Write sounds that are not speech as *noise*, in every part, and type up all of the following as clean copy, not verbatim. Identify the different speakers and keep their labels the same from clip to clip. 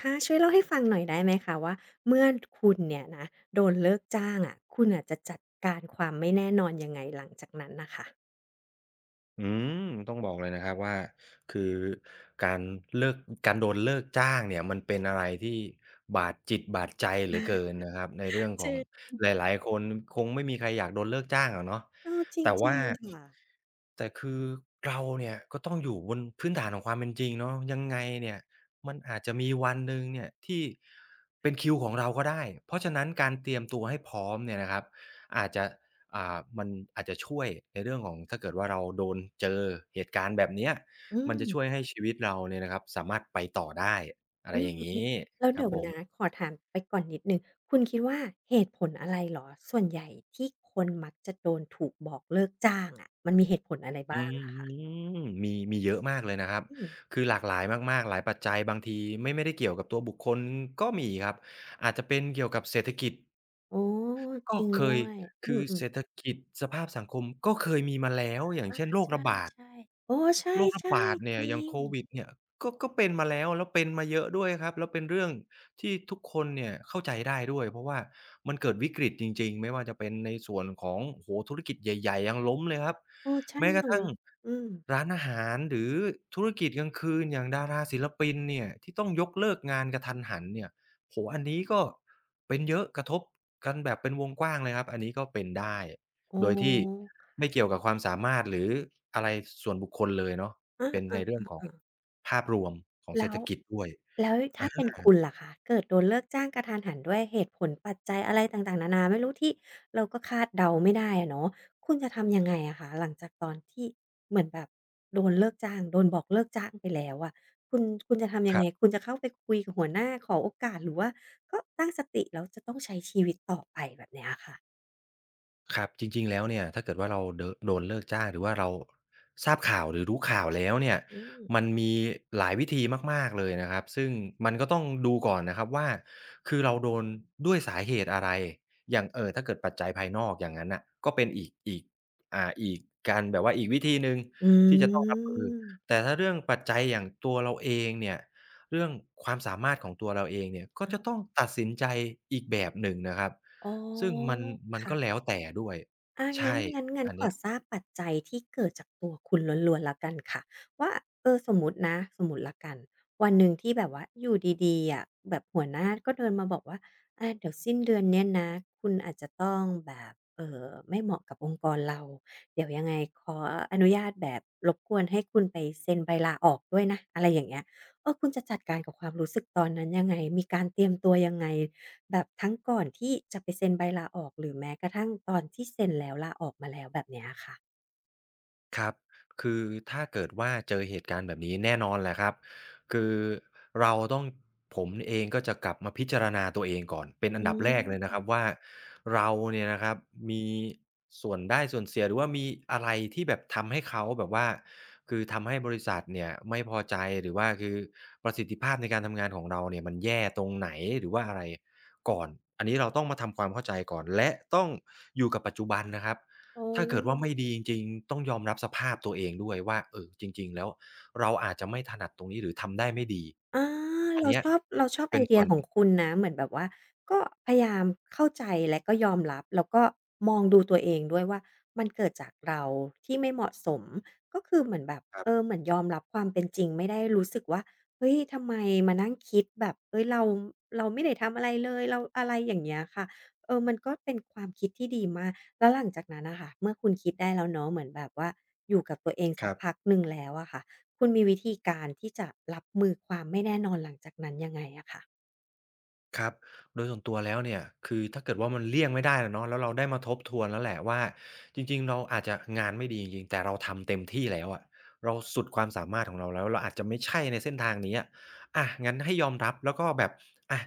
Speaker 1: ค่ะช่วยเล่าให้ฟังหน่อยได้ไหมคะว่าเมื่อคุณเนี่ยนะโดนเลิกจ้างอะคุณอะจะจัดการความไม่แน่นอนยังไงหลังจากนั้นน่ะค่ะ
Speaker 2: อืมต้องบอกเลยนะครับว่าคือการเลิกการโดนเลิกจ้างเนี่ยมันเป็นอะไรที่บาดจิตบาดใจเหลือเกินนะครับในเรื่องข
Speaker 1: จ
Speaker 2: อ
Speaker 1: ริ
Speaker 2: ง
Speaker 1: ง
Speaker 2: หลายๆคนคงไม่มีใครอยากโดนเลิกจ้างอะเนาะ
Speaker 1: เออจ
Speaker 2: แต่
Speaker 1: ริ
Speaker 2: ว่า
Speaker 1: งๆค่ะ
Speaker 2: แต่คือเราเนี่ยก็ต้องอยู่บนพื้นฐานของความเป็นจริงเนาะยังไงเนี่ยมันอาจจะมีวันหนึ่งเนี่ยที่เป็นคิวของเราก็ได้เพราะฉะนั้นการเตรียมตัวให้พร้อมเนี่ยนะครับอาจจะ อ่ามันอาจจะช่วยในเรื่องของถ้าเกิดว่าเราโดนเจอเหตุการณ์แบบเนี้ย
Speaker 1: อื
Speaker 2: มัน
Speaker 1: ม
Speaker 2: จะช่วยให้ชีวิตเราเนี่ยนะครับสามารถไปต่อได้อะไร
Speaker 1: อื
Speaker 2: อ
Speaker 1: ม
Speaker 2: ย่างงี้
Speaker 1: ๆแล้ว
Speaker 2: ครั
Speaker 1: เดี๋
Speaker 2: บ
Speaker 1: ยว
Speaker 2: ผ
Speaker 1: นะ
Speaker 2: ม
Speaker 1: ขอถามไปก่อนนิดหนึ่งคุณคิดว่าเหตุผลอะไรเหรอส่วนใหญ่ที่คนมักจะโดนถูกบอกเลิกจ้างอะมันมีเหตุผลอะไร
Speaker 2: อื
Speaker 1: บ้าง
Speaker 2: ม
Speaker 1: อะ
Speaker 2: มีเยอะมากเลยนะครับ
Speaker 1: อืม
Speaker 2: คือหลากหลายมากๆหลายปัจจัยบางทีไม่ได้เกี่ยวกับตัวบุคคลก็มีครับอาจจะเป็นเกี่ยวกับเศรษฐกิจ
Speaker 1: อ๋อจ
Speaker 2: ก็
Speaker 1: ริง
Speaker 2: เค
Speaker 1: ด้
Speaker 2: ย
Speaker 1: วยอื
Speaker 2: คือ
Speaker 1: ม
Speaker 2: เศรษฐกิจสภาพสังคมก็เคยมีมาแล้วอย่างเช่นโร
Speaker 1: ๆ
Speaker 2: ค
Speaker 1: ใช
Speaker 2: ระบาด
Speaker 1: ่ๆโอ้ใช่
Speaker 2: โรคระบาด
Speaker 1: ๆ
Speaker 2: เนี่
Speaker 1: จ
Speaker 2: ย
Speaker 1: ริ
Speaker 2: อย่าง
Speaker 1: ง
Speaker 2: โควิดเนี่ยก็เป็นมาแล้วแล้วเป็นมาเยอะด้วยครับแล้วเป็นเรื่องที่ทุกคนเนี่ยเข้าใจได้ด้วยเพราะว่ามันเกิดวิกฤตจริงๆไม่ว่าจะเป็นในส่วนของโอ้โฮธุรกิจใหญ่ๆยังล้มเลยครับ
Speaker 1: เออใช่
Speaker 2: แม้กระ
Speaker 1: เนาะ
Speaker 2: ทั่ง
Speaker 1: อืม
Speaker 2: ร้านอาหารหรือธุรกิจกลางคืนอย่างดาราศิลปินเนี่ยที่ต้องยกเลิกงานกะทันหันเนี่ย โอ้โฮอันนี้ก็เป็นเยอะกระทบกันแบบเป็นวงกว้างเลยครับอันนี้ก็เป็นได้
Speaker 1: อ๋อ
Speaker 2: โดยที่ไม่เกี่ยวกับความสามารถหรืออะไรส่วนบุคคลเลยเนาะ
Speaker 1: อา
Speaker 2: เป็นในเรื่องของ
Speaker 1: ๆๆๆ
Speaker 2: ภาพรวมของเศร
Speaker 1: แล้
Speaker 2: ษ
Speaker 1: ว
Speaker 2: ฐกิจด้วยอะ
Speaker 1: ถ้าเป็น
Speaker 2: ฮะ
Speaker 1: คุณล่ะคะเกิดโดนเลิกจ้างกะทันหันด้วยเหตุผลปัจจัยอะไรต่างๆนานาไม่รู้ที่เราก็คาดเดาไม่ได้อะเนาะคุณจะทำยังไงอะคะหลังจากตอนที่เหมือนแบบโดนเลิกจ้างโดนบอกเลิกจ้างไปแล้วอะคุณจะทำยั
Speaker 2: ค
Speaker 1: งไง
Speaker 2: รับ
Speaker 1: คุณจะเข้าไปคุยกับหัวหน้าขอโอกาสหรือว่าก็ตั้งสติแล้วจะต้องใช้ชีวิตต่อไปแบบเนี้ยค่ะ
Speaker 2: ครับจริงๆแล้วเนี่ยถ้าเกิดว่าเราเดอะโดนเลิกจ้างหรือว่าเราทราบข่าวหรือรู้ข่าวแล้วเนี่ย
Speaker 1: อืม
Speaker 2: มันมีหลายวิธีมากๆเลยนะครับซึ่งมันก็ต้องดูก่อนนะครับว่าคือเราโดนด้วยสาเหตุอะไรอย่างถ้าเกิดปัจจัยภายนอกอย่างนั้นน่ะก็เป็นอีกการแบบว่าอีกวิธีหนึ่ง
Speaker 1: อื
Speaker 2: ที่จะต้องรับมือ
Speaker 1: ม
Speaker 2: แต่ถ้าเรื่องปัจจัยอย่างตัวเราเองเนี่ยเรื่องความสามารถของตัวเราเองเนี่ยก็จะต้องตัดสินใจอีกแบบหนึ่งนะครับ
Speaker 1: อ๋อ
Speaker 2: ซึ่งมันก็แล้
Speaker 1: ค่ะ
Speaker 2: วแต่ด้วย
Speaker 1: อางั้
Speaker 2: ใช่
Speaker 1: นงั้นงั้น
Speaker 2: อัน
Speaker 1: ข
Speaker 2: เนี้
Speaker 1: อ
Speaker 2: ย
Speaker 1: ทราบปัจจัยที่เกิดจากตัวคุณล้วนๆแล้วกันค่ะว่าเออสมมุตินะสมมุติแล้วกันวันหนึ่งที่แบบว่าอยู่ดีๆอะแบบหัวหน้าก็เดินมาบอกว่าอาเดี๋ยวสิ้นเดือนเนี้ยนะคุณอาจจะต้องแบบไม่เหมาะกับองค์กรเราเดี๋ยวยังไงขออนุญาตแบบรบกวนให้คุณไปเซ็นใบลาออกด้วยนะอะไรอย่างเงี้ยเออคุณจะจัดการกับความรู้สึกตอนนั้นยังไงมีการเตรียมตัวยังไง แบบทั้งก่อนที่จะไปเซ็นใบลาออกหรือแม้กระทั่งตอนที่เซ็นแล้วลาออกมาแล้วแบบเนี้ยค่ะ
Speaker 2: ครับคือถ้าเกิดว่าเจอเหตุการณ์แบบนี้แน่นอนแหละครับคือเราต้องผมเองก็จะกลับมาพิจารณาตัวเองก่อนเป็นอั
Speaker 1: อื
Speaker 2: นดับแรกเลยนะครับว่า
Speaker 1: ม
Speaker 2: เราเนี่ยนะครับมีส่วนได้ส่วนเสียหรือว่ามีอะไรที่แบบทำให้เขาแบบว่าคือทำให้บริษัทเนี่ยไม่พอใจหรือว่าคือประสิทธิภาพในการทำงานของเราเนี่ยมันแย่ตรงไหนหรือว่าอะไรก่อนอันนี้เราต้องมาทำความเข้าใจก่อนและต้องอยู่กับปัจจุบันนะครับ
Speaker 1: โอ
Speaker 2: ถ้าเกิดว่าไม่
Speaker 1: ้
Speaker 2: ดีจริงๆต้องยอมรับสภาพตัวเองด้วยว่าเออจริงๆแล้วเราอาจจะไม่ถนัดตรงนี้หรือทำได้ไม่ดี
Speaker 1: อา
Speaker 2: อัน
Speaker 1: เรา
Speaker 2: เนี้ย
Speaker 1: ชอบไอ
Speaker 2: เป็น
Speaker 1: เดี
Speaker 2: ส่
Speaker 1: ย
Speaker 2: วน
Speaker 1: ข
Speaker 2: ห
Speaker 1: อง
Speaker 2: นึ่ง
Speaker 1: คุณนะเหมือนแบบว่าก็พยายามเข้าใจและก็ยอมรับแล้วก็มองดูตัวเองด้วยว่ามันเกิดจากเราที่ไม่เหมาะสมก็คือเหมือนแบบเออเหมือนยอมรับความเป็นจริงไม่ได้รู้สึกว่าเฮ้ยทำไมมานั่งคิดแบบเฮ้ยเราไม่ได้ทำอะไรเลยเราอะไรอย่างเงี้ยค่ะเออมันก็เป็นความคิดที่ดีมากแล้วหลังจากนั้นน่ะค่ะเมื่อคุณคิดได้แล้วเนาะเหมือนแบบว่าอยู่กับตัวเอง
Speaker 2: ค
Speaker 1: สัก
Speaker 2: รับ
Speaker 1: พักหนึ่งแล้วอะค่ะ คุณมีวิธีการที่จะรับมือความไม่แน่นอนหลังจากนั้นยังไงอะคะ
Speaker 2: ครับโดยส่วนตัวแล้วเนี่ยคือถ้าเกิดว่ามันเลี่ยงไม่ได้อะเนาะแล้วเราได้มาทบทวนแล้วแหละว่าจริงๆเราอาจจะงานไม่ดีจริงๆแต่เราทำเต็มที่แล้วอะเราสุดความสามารถของเราแล้วเราอาจจะไม่ใช่ในเส้นทางนี้อะอะงั้นให้ยอมรับแล้วก็แบบอะ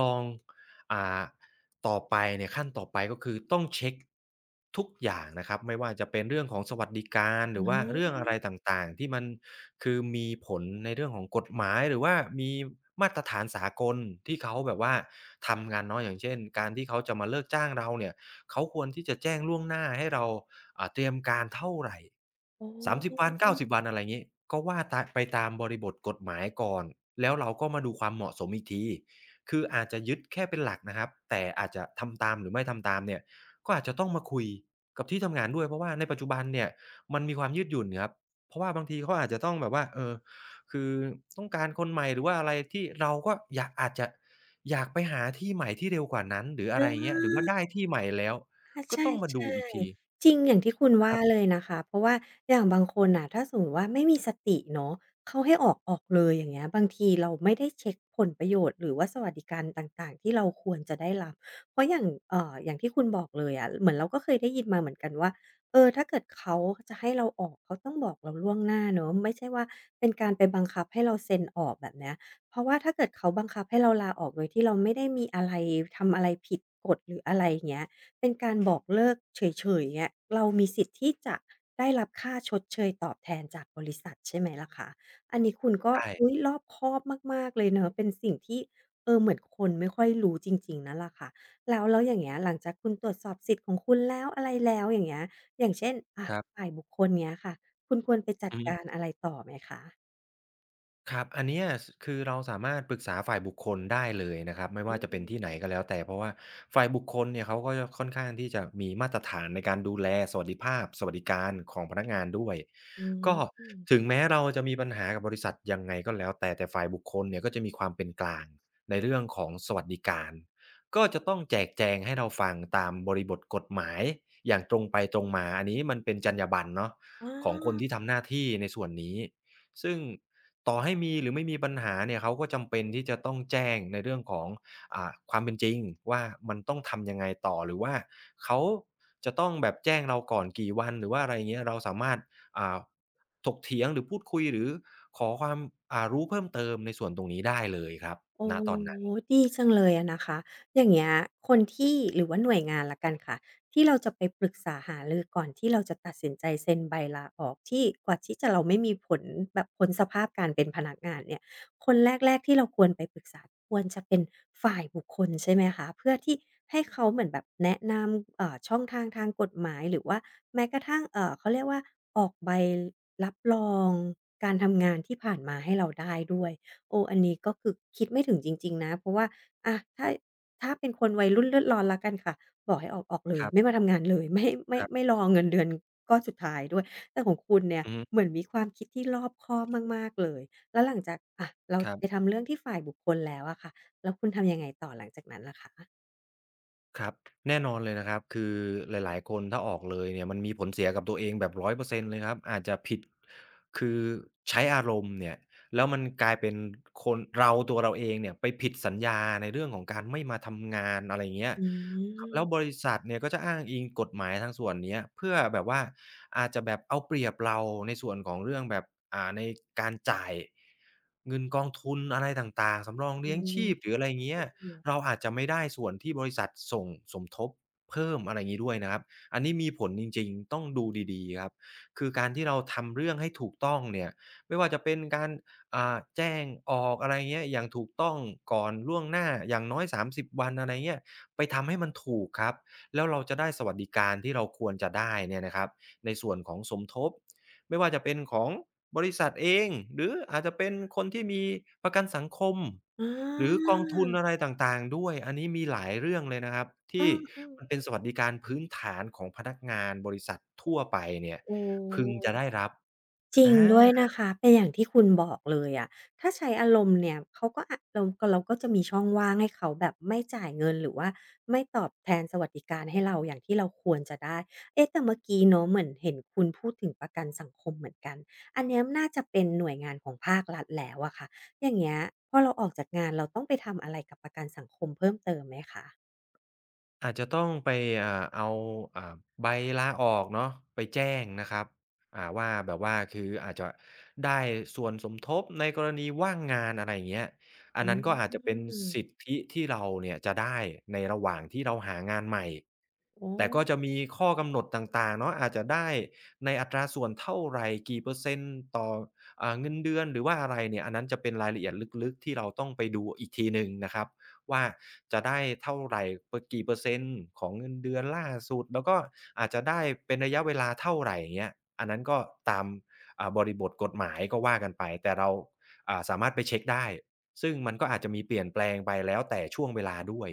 Speaker 2: ลองอ่า ต่อไปเนี่ยขั้นต่อไปก็คือต้องเช็คทุกอย่างนะครับไม่ว่าจะเป็นเรื่องของสวัสดิการห
Speaker 1: อื
Speaker 2: รือว่าเรื่อ
Speaker 1: ม
Speaker 2: งอะไรต่างๆที่มันคือมีผลในเรื่องของกฎหมายหรือว่ามีมาตรฐานสากลที่เขาแบบว่าทำกันเนาะอย่างเช่นการที่เขาจะมาเลิกจ้างเราเนี่ยเขาควรที่จะแจ้งล่วงหน้าให้เราเตรียมการเท่าไหร่
Speaker 1: อ๋
Speaker 2: 30วั
Speaker 1: อ
Speaker 2: น90วันอะไรอย่างนี้ก็ว่าตาไปตามบริบทกฎหมายก่อนแล้วเราก็มาดูความเหมาะสมอีกที คืออาจจะยึดแค่เป็นหลักนะครับแต่อาจจะทำตามหรือไม่ทำตามเนี่ยก็อาจจะต้องมาคุยกับที่ทำงานด้วยเพราะว่าในปัจจุบันเนี่ยมันมีความยืดหยุ่นครับเพราะว่าบางทีเขาอาจจะต้องแบบว่าเออคือต้องการคนใหม่หรือว่าอะไรที่เราก็อยากอาจจะอยากไปหาที่ใหม่ที่เร็วกว่านั้นหรืออะไรอย่างเงี้ย
Speaker 1: เอ
Speaker 2: ห
Speaker 1: อ
Speaker 2: รือว่าได้ที่ใหม่แล้ว
Speaker 1: ่
Speaker 2: ก็
Speaker 1: ใช่
Speaker 2: ต้องมาดูอีกที
Speaker 1: ๆ จริงอย่างที่คุณ
Speaker 2: ค
Speaker 1: ว่า
Speaker 2: รับ
Speaker 1: เลยนะคะเพราะว่าอย่างบางคนน่ะถ้าสมมติว่าไม่มีสติเนาะเขาให้ออกออกเลยอย่างเงี้ยบางทีเราไม่ได้เช็กผลประโยชน์หรือว่าสวัสดิการต่างๆที่เราควรจะได้รับเพราะอย่างอย่างที่คุณบอกเลยอะะเหมือนเราก็เคยได้ยินมาเหมือนกันว่าเออถ้าเกิดเขาจะให้เราออกเขาต้องบอกเราล่วงหน้าเนาะไม่ใช่ว่าเป็นการไปบังคับให้เราเซ็นออกแบบเนี้ยเพราะว่าถ้าเกิดเขาบังคับให้เราลาออกโดยที่เราไม่ได้มีอะไรทำอะไรผิดกฎหรืออะไรอย่างเงี้ย เป็นการบอกเลิกเฉยๆเงี้ยเรามีสิทธิ์ที่จะได้รับค่าชดเชยตอบแทนจากบริษัทใช่ไหมล่ะคะอันนี้คุณก็
Speaker 2: ใช่
Speaker 1: อุ๊ยรอบคอบมากๆเลยเนาะเป็นสิ่งที่เออเหมือนคนไม่ค่อยรู้จริงๆนั่นล่ะค่ะแล้วอย่างเงี้ยหลังจากคุณตรวจสอบสิทธิ์ของคุณแล้วอะไรแล้วอย่างเงี้ยอย่างเช่นอะ
Speaker 2: ครับ
Speaker 1: ฝ่ายบุคคลเงี้ยค่ะคุณควรไปจัด
Speaker 2: อื
Speaker 1: การ
Speaker 2: ม
Speaker 1: อะไรต่อไหมคะ
Speaker 2: ครับอันเนี้ยสคือเราสามารถปรึกษาฝ่ายบุคคลได้เลยนะครับไม่
Speaker 1: อื
Speaker 2: ว่าจะเป็นที่
Speaker 1: ม
Speaker 2: ไหนก็แล้วแต่เพราะว่าฝ่ายบุคคลเนี่ยเขาก็จะค่อนข้างที่จะมีมาตรฐานในการดูแลสวัสดิภาพสวัสดิการของพนักงานด้วย
Speaker 1: อื
Speaker 2: ก็ถึ
Speaker 1: ม
Speaker 2: งแม้เราจะมีปัญหากับบริษัทยังไงก็แล้วแต่แต่ฝ่ายบุคคลเนี่ยก็จะมีความเป็นกลางในเรื่องของสวัสดิการก็จะต้องแจกแจงให้เราฟังตามบริบทกฎหมายอย่างตรงไปตรงมาอันนี้มันเป็นจรรยาบรรณเนาะ
Speaker 1: อ
Speaker 2: ของคนที่
Speaker 1: า
Speaker 2: ทำหน้าที่ในส่วนนี้ซึ่ง ต่อให้มีหรือไม่มีปัญหาเนี่ยเขาก็จำเป็นที่จะต้องแจ้งในเรื่องของความเป็นจริงว่ามันต้องทำยังไงต่อหรือว่าเขาจะต้องแบบแจ้งเราก่อนกี่วันหรือว่าอะไรอย่างเงี้ยเราสามารถอ่าถกเถียงหรือพูดคุยหรือขอความรู้เพิ่มเติมในส่วนตรงนี้ได้เลยครับ
Speaker 1: โอ้
Speaker 2: ณตอนนั้น
Speaker 1: ดีจังเลยอะนะคะอย่างเงี้ยคนที่หรือว่าหน่วยงานละกันค่ะที่เราจะไปปรึกษาหารือก่อนที่เราจะตัดสินใจเซ็นใบลาออกที่กว่าที่จะเราไม่มีผลแบบพ้นสภาพการเป็นพนักงานเนี่ยคนแรกๆที่เราควรไปปรึกษาควรจะเป็นฝ่ายบุคคลใช่ไหมคะเพื่อที่ให้เขาเหมือนแบบแนะนำช่องทางทางกฎหมายหรือว่าแม้กระทั่งเขาเรียกว่าออกใบรับรองการทำงานที่ผ่านมาให้เราได้ด้วย โอ้อันนี้ก็คือคิดไม่ถึงจริงๆนะ เพราะว่าอะถ้าเป็นคนวัยรุ่นเลือดร้อนแล้วกันค่ะบอกให้ออกออกเล
Speaker 2: ค
Speaker 1: ย
Speaker 2: รั
Speaker 1: ไม่มา
Speaker 2: บ
Speaker 1: ทำงานเลย
Speaker 2: ๆ
Speaker 1: ไม่รอเงินเดือนก้อนสุดท้ายด้วยแต่ของคุณเนี่ย
Speaker 2: อือฮึ
Speaker 1: เหมือนมีความคิดที่รอบคอบมากๆเลยแล้วหลังจากอะเรา
Speaker 2: ครั
Speaker 1: ไป
Speaker 2: บ
Speaker 1: ทำเรื่องที่ฝ่ายบุคคลแล้วอะค่ะแล้วคุณทำยังไงต่อหลังจากนั้นล่ะคะ
Speaker 2: ครับแน่นอนเลยนะครับคือหลายๆคนถ้าออกเลยเนี่ยมันมีผลเสียกับตัวเองแบบ100%เปอร์เซ็นต์เลยครับอาจจะผิดคือใช้อารมณ์เนี่ยแล้วมันกลายเป็นคนเราตัวเราเองเนี่ยไปผิดสัญญาในเรื่องของการไม่มาทำงานอะไรอย่างเงี้ย
Speaker 1: อื
Speaker 2: แล้วบ
Speaker 1: ม
Speaker 2: ริษัทเนี่ยก็จะอ้างอิงกฎหมายทางส่วนเนี้ยเพื่อแบบว่าอาจจะแบบเอาเปรียบเราในส่วนของเรื่องแบบในการจ่ายเงินกองทุนอะไรต่างๆสำรองเลี้ย
Speaker 1: โอ้
Speaker 2: งชีพหรืออะไรอย่างเงี้ย เราอาจจะไม่ได้ส่วนที่บริษัทส่งสมทบเพิ่มอะไรงี้ด้วยนะครับ อันนี้มีผลจริงๆต้องดูดีๆครับ คือการที่เราทำเรื่องให้ถูกต้องเนี่ยไม่ว่าจะเป็นการแจ้งออกอะไรเงี้ยอย่างถูกต้องก่อนล่วงหน้าอย่างน้อย30 วันอะไรเงี้ยไปทำให้มันถูกครับแล้วเราจะได้สวัสดิการที่เราควรจะได้เนี่ยนะครับในส่วนของสมทบไม่ว่าจะเป็นของ บริษัทเองหรืออาจจะเป็นคนที่มีประกันสังคม
Speaker 1: อ
Speaker 2: หรือก
Speaker 1: า
Speaker 2: องทุนอะไรต่างๆด้วยอันนี้มีหลายเรื่องเลยนะครับที่มัน
Speaker 1: เอ
Speaker 2: เป็
Speaker 1: อ
Speaker 2: นสวัสดิการพื้นฐานของพนักงานบริษัททั่วไปเนี่ย
Speaker 1: ๆโอ้
Speaker 2: พึงจะได้รับ
Speaker 1: จริ
Speaker 2: อ
Speaker 1: งด้วย
Speaker 2: า
Speaker 1: นะคะเป็นอย่างที่คุณบอกเลยอะถ้าใช้อารมณ์เนี่ยเขาก็อะเราก็จะมีช่องว่างให้เขาแบบไม่จ่ายเงินหรือว่าไม่ตอบแทนสวัสดิการให้เราอย่างที่เราควรจะได้เอ๊ะแต่เมื่อกี้เนาะเหมือนเห็นคุณพูดถึงประกันสังคมเหมือนกันอันเนี้ยน่าจะเป็นหน่วยงานของภาครัฐแล้วอะค่ะอย่างเงี้ยพอเราออกจากงานเราต้องไปทำอะไรกับประกันสังคมเพิ่มเติมไหมคะ
Speaker 2: อาจจะต้องไปเอาอ่าใบลาออกเนาะไปแจ้งนะครับว่าแบบว่าคืออาจจะได้ส่วนสมทบในกรณีว่างงานอะไรอย่างเงี้ยอั
Speaker 1: อ
Speaker 2: นนั้นก็อาจจะ
Speaker 1: ื
Speaker 2: เป็นสิท
Speaker 1: ม
Speaker 2: ธิที่เราเนี่ยจะได้ในระหว่างที่เราหางานใหม่
Speaker 1: โอ
Speaker 2: แต่ก็
Speaker 1: ้
Speaker 2: จะมีข้อกำหนดต่างๆเนาะอาจจะได้ในอัตราส่วนเท่าไหรกี่เปอร์เซ็นต์ต่ออาเงินเดือนหรือว่าอะไรเนี่ยอันนั้นจะเป็นรายละเอียดลึกๆที่เราต้องไปดูอีกทีหนึ่งนะครับ ว่าจะได้เท่าไรปร์กี่เปอร์เซ็นต์ของเงินเดือนล่าสุดแล้วก็อาจจะได้เป็นระยะเวลาเท่าไรอย่างเงี้ยอันนั้นก็ตามบริบทกฎหมายก็ว่ากันไปแต่เราสามารถไปเช็กได้ซึ่งมันก็อาจจะมีเปลี่ยนแปลงไปแล้วแต่ช่วงเวลาด้วย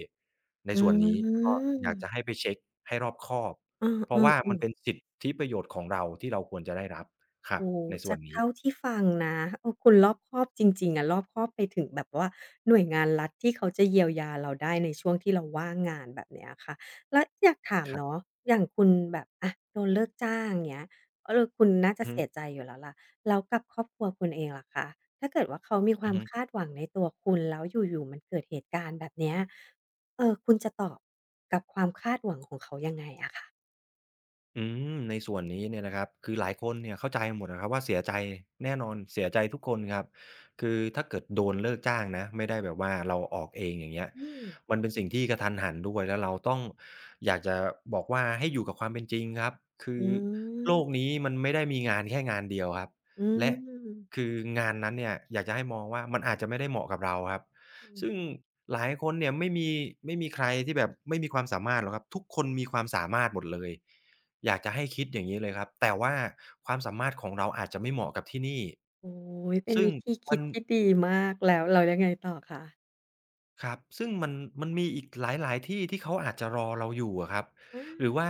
Speaker 2: ใน
Speaker 1: อื
Speaker 2: ส่วนนี้ก็อยากจะ
Speaker 1: ม
Speaker 2: ให้ไปเช็กให้รอบคอบ
Speaker 1: เอ
Speaker 2: เพ
Speaker 1: อ
Speaker 2: ราะว่ามัน
Speaker 1: ๆ
Speaker 2: เป็
Speaker 1: ๆ
Speaker 2: นสิทธิประโยชน์ของเราที่เราควรจะได้รับครับ
Speaker 1: โอ้โฮ
Speaker 2: ในส่
Speaker 1: จา
Speaker 2: วน
Speaker 1: ก
Speaker 2: นี้
Speaker 1: เท่าที่ฟังนะเออคุณรอบคอบจริงๆอะรอบคอบไปถึงแบบว่าหน่วยงานรัฐที่เขาจะเยียวยาเราได้ในช่วงที่เราว่างงานแบบเนี้ยค่ะแล้วอยากถาม
Speaker 2: ครั
Speaker 1: เนาะ
Speaker 2: บ
Speaker 1: อย่างคุณแบบอะโดนเลิกจ้างเงี้ยเออคุณน่าจะ
Speaker 2: อือฮึ
Speaker 1: เสียใจอยู่แล้วล่ะแล้วกับครอบครัวคุณเองล่ะคะถ้าเกิดว่าเขามีค
Speaker 2: อื
Speaker 1: วา
Speaker 2: อ
Speaker 1: ม
Speaker 2: ฮึ
Speaker 1: คาดหวังในตัวคุณแล้วอยู่ๆมันเกิดเหตุการณ์แบบเนี้ยเออคุณจะตอบกับความคาดหวังของเขายังไงอะคะ
Speaker 2: อืมในส่วนนี้เนี่ยนะครับคือหลายคนเนี่ยเข้าใจหมดนะครับว่าเสียใจแน่นอนเสียใจทุกคนครับคือถ้าเกิดโดนเลิกจ้างนะไม่ได้แบบว่าเราออกเองอย่างเงี้ย
Speaker 1: อืม
Speaker 2: มันเป็นสิ่งที่กระทันหันด้วยแล้วเราต้องอยากจะบอกว่าให้อยู่กับความเป็นจริงครับคื
Speaker 1: อื
Speaker 2: อโลก
Speaker 1: ม
Speaker 2: นี้มันไม่ได้มีงานแค่งานเดียวครับ
Speaker 1: อ
Speaker 2: และคืองานนั้นเนี่ยอยากจะให้มองว่ามันอาจจะไม่ได้เหมาะกับเราครับ
Speaker 1: ืม
Speaker 2: ซึ่งหลายคนเนี่ยไม่มีใครที่แบบไม่มีความสามารถหรอกครับทุกคนมีความสามารถหมดเลย อยากจะให้คิดอย่างนี้เลยครับแต่ว่าความสามารถของเราอาจจะไม่เหมาะกับที่นี่
Speaker 1: โอ้ย เป็น
Speaker 2: ซึ่
Speaker 1: วิ
Speaker 2: ง
Speaker 1: ธีคิ
Speaker 2: มั
Speaker 1: ด
Speaker 2: น
Speaker 1: ที่ดีมากแล้วยังไงต่อคะ
Speaker 2: ครับซึ่งมันมีอีกหลายๆที่ที่เขาอาจจะรอเราอยู่อะครับ
Speaker 1: อา
Speaker 2: หรือว่า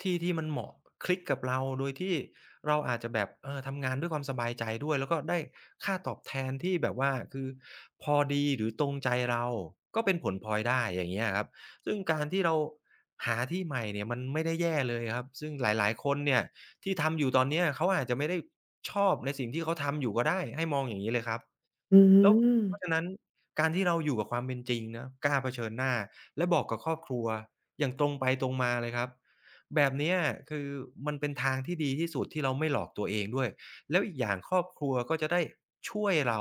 Speaker 2: ที่ที่มันเหมาะคลิกกับเราโดยที่เราอาจจะแบบเออทำงานด้วยความสบายใจด้วยแล้วก็ได้ค่าตอบแทนที่แบบว่าคือพอดีหรือตรงใจเราก็เป็นผลพลอยได้อย่างเงี้ยครับซึ่งการที่เราหาที่ใหม่เนี่ยมันไม่ได้แย่เลยครับซึ่งหลายๆคนเนี่ยที่ทำอยู่ตอนเนี้ยเขาอาจจะไม่ได้ชอบในสิ่งที่เขาทำอยู่ก็ได้ให้มองอย่างงี้เลยครับ
Speaker 1: อื
Speaker 2: แล้ว
Speaker 1: ม
Speaker 2: เพราะฉะนั้น การที่เราอยู่กับความเป็นจริงนะกล้าเผชิญหน้าและบอกกับครอบครัวอย่างตรงไปตรงมาเลยครับแบบเนี้ยคือมันเป็นทางที่ดีที่สุดที่เราไม่หลอกตัวเองด้วยแล้วอีกอย่างครอบครัวก็จะได้ช่วยเรา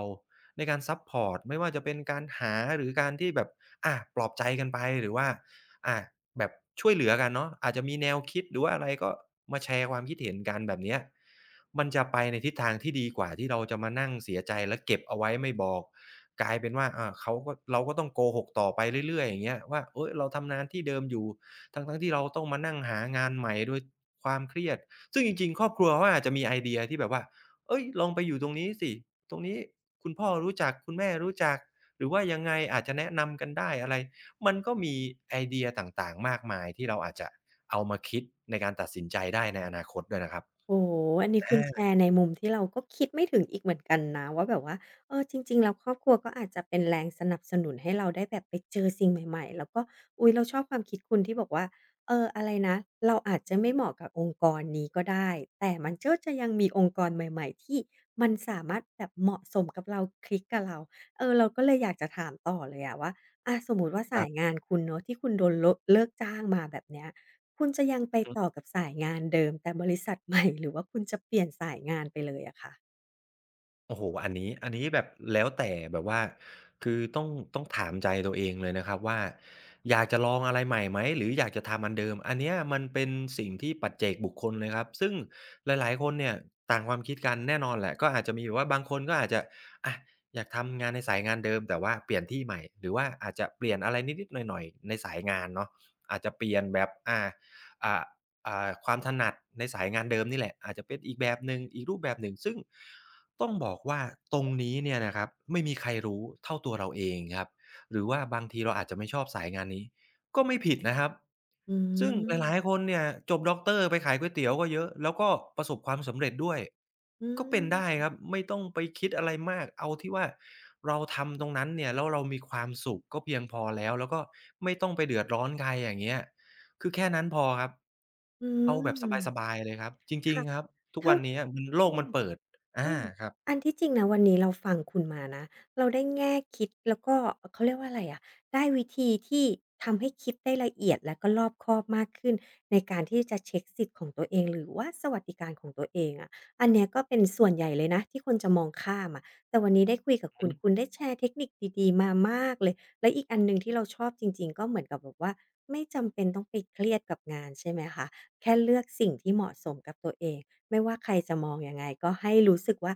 Speaker 2: ในการซัปพอร์ตไม่ว่าจะเป็นการหาหรือการที่แบบอาปลอบใจกันไปหรือว่าอาแบบช่วยเหลือกันเนาะอาจจะมีแนวคิดหรือว่าอะไรก็มาแชร์ความคิดเห็นกันแบบเนี้ยมันจะไปในทิศทางที่ดีกว่าที่เราจะมานั่งเสียใจและเก็บเอาไว้ไม่บอก กลายเป็นว่าเขาก็เราก็ต้องโกหกต่อไปเรื่อยๆอย่างเงี้ยว่าเฮ้ยเราทำงานที่เดิมอยู่ทั้งๆที่เราต้องมานั่งหางานใหม่โดยความเครียด ซึ่งจริงๆครอบครัวเขาอาจจะมีไอเดียที่แบบว่าเฮ้ยลองไปอยู่ตรงนี้สิตรงนี้คุณพ่อรู้จักคุณแม่รู้จัก หรือว่ายังไงอาจจะแนะนำกันได้อะไร มันก็มีไอเดียต่างๆมากมายที่เราอาจจะเอามาคิดในการตัดสินใจได้ในอนาคตด้วยนะครับ
Speaker 1: โอ้โฮอันนี้คุณแช
Speaker 2: อา
Speaker 1: ร์ในมุมที่เราก็คิดไม่ถึงอีกเหมือนกันนะว่าแบบว่าเออจริงๆแล้วครอบครัวก็อาจจะเป็นแรงสนับสนุนให้เราได้แบบไปเจอสิ่งใหม่ๆแล้วก็อุ๊ยเราชอบความคิดคุณที่บอกว่าเอออะไรนะเราอาจจะไม่เหมาะกับองค์กรนี้ก็ได้แต่มันก็จะยังมีองค์กรใหม่ๆที่มันสามารถแบบเหมาะสมกับเราคลิกกับเราเออเราก็เลยอยากจะถามต่อเลยอะว่าอาสมมุติว่า
Speaker 2: ค
Speaker 1: สา
Speaker 2: รั
Speaker 1: ย
Speaker 2: บ
Speaker 1: งานคุณเนาะที่คุณโดนโละเลิกจ้างมาแบบเนี้ย คุณจะยังไปต่อกับสายงานเดิมแต่บริษัทใหม่ *laughs* หรือว่าคุณจะเปลี่ยนสายงานไปเลยอะคะ
Speaker 2: โอ้โฮอันนี้อันนี้แบบแล้วแต่แบบว่าคือต้องถามใจตัวเองเลยนะครับว่าอยากจะลองอะไรใหม่ไหมหรืออยากจะทำอันเดิม อันเนี้ยมันเป็นสิ่งที่ปัจเจกบุคคลเลยครับซึ่งหลายๆคนเนี่ยต่างความคิดกันแน่นอนแหละก็อาจจะมีแบบว่าบางคนก็อาจจะอะอยากทำงานในสายงานเดิมแต่ว่าเปลี่ยนที่ใหม่ หรือว่าอาจจะเปลี่ยนอะไรนิดๆหน่อยๆในสายงานเนาะอาจจะเปลี่ยนแบบอ่าอ่าความถนัดในสายงานเดิมนี่แหละอาจจะเป็นอีกแบบหนึ่งอีกรูปแบบหนึ่งซึ่ง ต้องบอกว่าตรงนี้เนี่ยนะครับไม่มีใครรู้เท่าตัวเราเองครับหรือว่าบางทีเราอาจจะไม่ชอบสายงานนี้ก็ไม่ผิดนะครับ
Speaker 1: อื
Speaker 2: ซึ่งหลายๆค
Speaker 1: ม
Speaker 2: นเนี่ยจบด็อกเตอร์ไปขายก๋วยเตี๋ยวก็เยอะแล้วก็ประสบความสำเร็จด้วย
Speaker 1: อื
Speaker 2: ก็เป็นได้
Speaker 1: ม
Speaker 2: ครับไม่ต้องไปคิดอะไรมากเอาที่ว่าเราทำตรงนั้นเนี่ยแล้วเรามีความสุขก็เพียงพอแล้วแล้วก็ไม่ต้องไปเดือดร้อนใครอย่างเงี้ยคือแค่นั้นพอครับ
Speaker 1: อื
Speaker 2: เอาแบบ
Speaker 1: ม
Speaker 2: สบายๆเลยครับจริง
Speaker 1: ค่ะ
Speaker 2: ๆครับทุก
Speaker 1: เท่า
Speaker 2: วันเนี้ยมันโล
Speaker 1: อื
Speaker 2: กมั
Speaker 1: ม
Speaker 2: นเปิด
Speaker 1: อื
Speaker 2: อา
Speaker 1: ม
Speaker 2: ครับ
Speaker 1: อันที่จริงนะวันนี้เราฟังคุณมานะเราได้แง่คิดแล้วก็เขาเรียกว่าอะไรอะได้วิธีที่ทำให้คิดได้ละเอียดและก็รอบคอบมากขึ้นในการที่จะเช็กสิทธิ์ของตัวเองหรือว่าสวัสดิการของตัวเองอะอันเนี้ยก็เป็นส่วนใหญ่เลยนะที่คนจะมองข้ามอะแต่วันนี้ได้คุยกับ
Speaker 2: อือ
Speaker 1: คุณคุ
Speaker 2: ฮึ
Speaker 1: ณได้แชร์เทคนิคดีๆมามากเลยและอีกอันหนึ่งที่เราชอบจริงๆก็เหมือนกับแบบว่าไม่จำเป็นต้องไปเครียดกับงานใช่ไหมคะแค่เลือกสิ่งที่เหมาะสมกับตัวเอง ไม่ว่าใครจะมองยังไงก็ให้รู้สึกว่า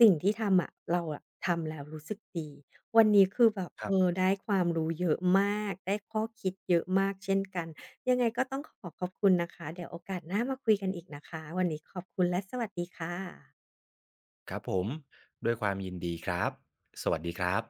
Speaker 1: สิ่งที่ทำอะเราอะทำแล้วรู้สึกดีวันนี้คือแบบ
Speaker 2: ค
Speaker 1: เอ
Speaker 2: รั
Speaker 1: อ
Speaker 2: บ
Speaker 1: ได้ความรู้เยอะมากได้ข้อคิดเยอะมากเช่นกันยังไงก็ต้องขอขอบคุณนะคะเดี๋ยวโอกาสหน้ามาคุยกันอีกนะคะวันนี้ขอบคุณและสวัสดีค่ะ
Speaker 2: ครับผม ด้วยความยินดีครับ สวัสดีครับ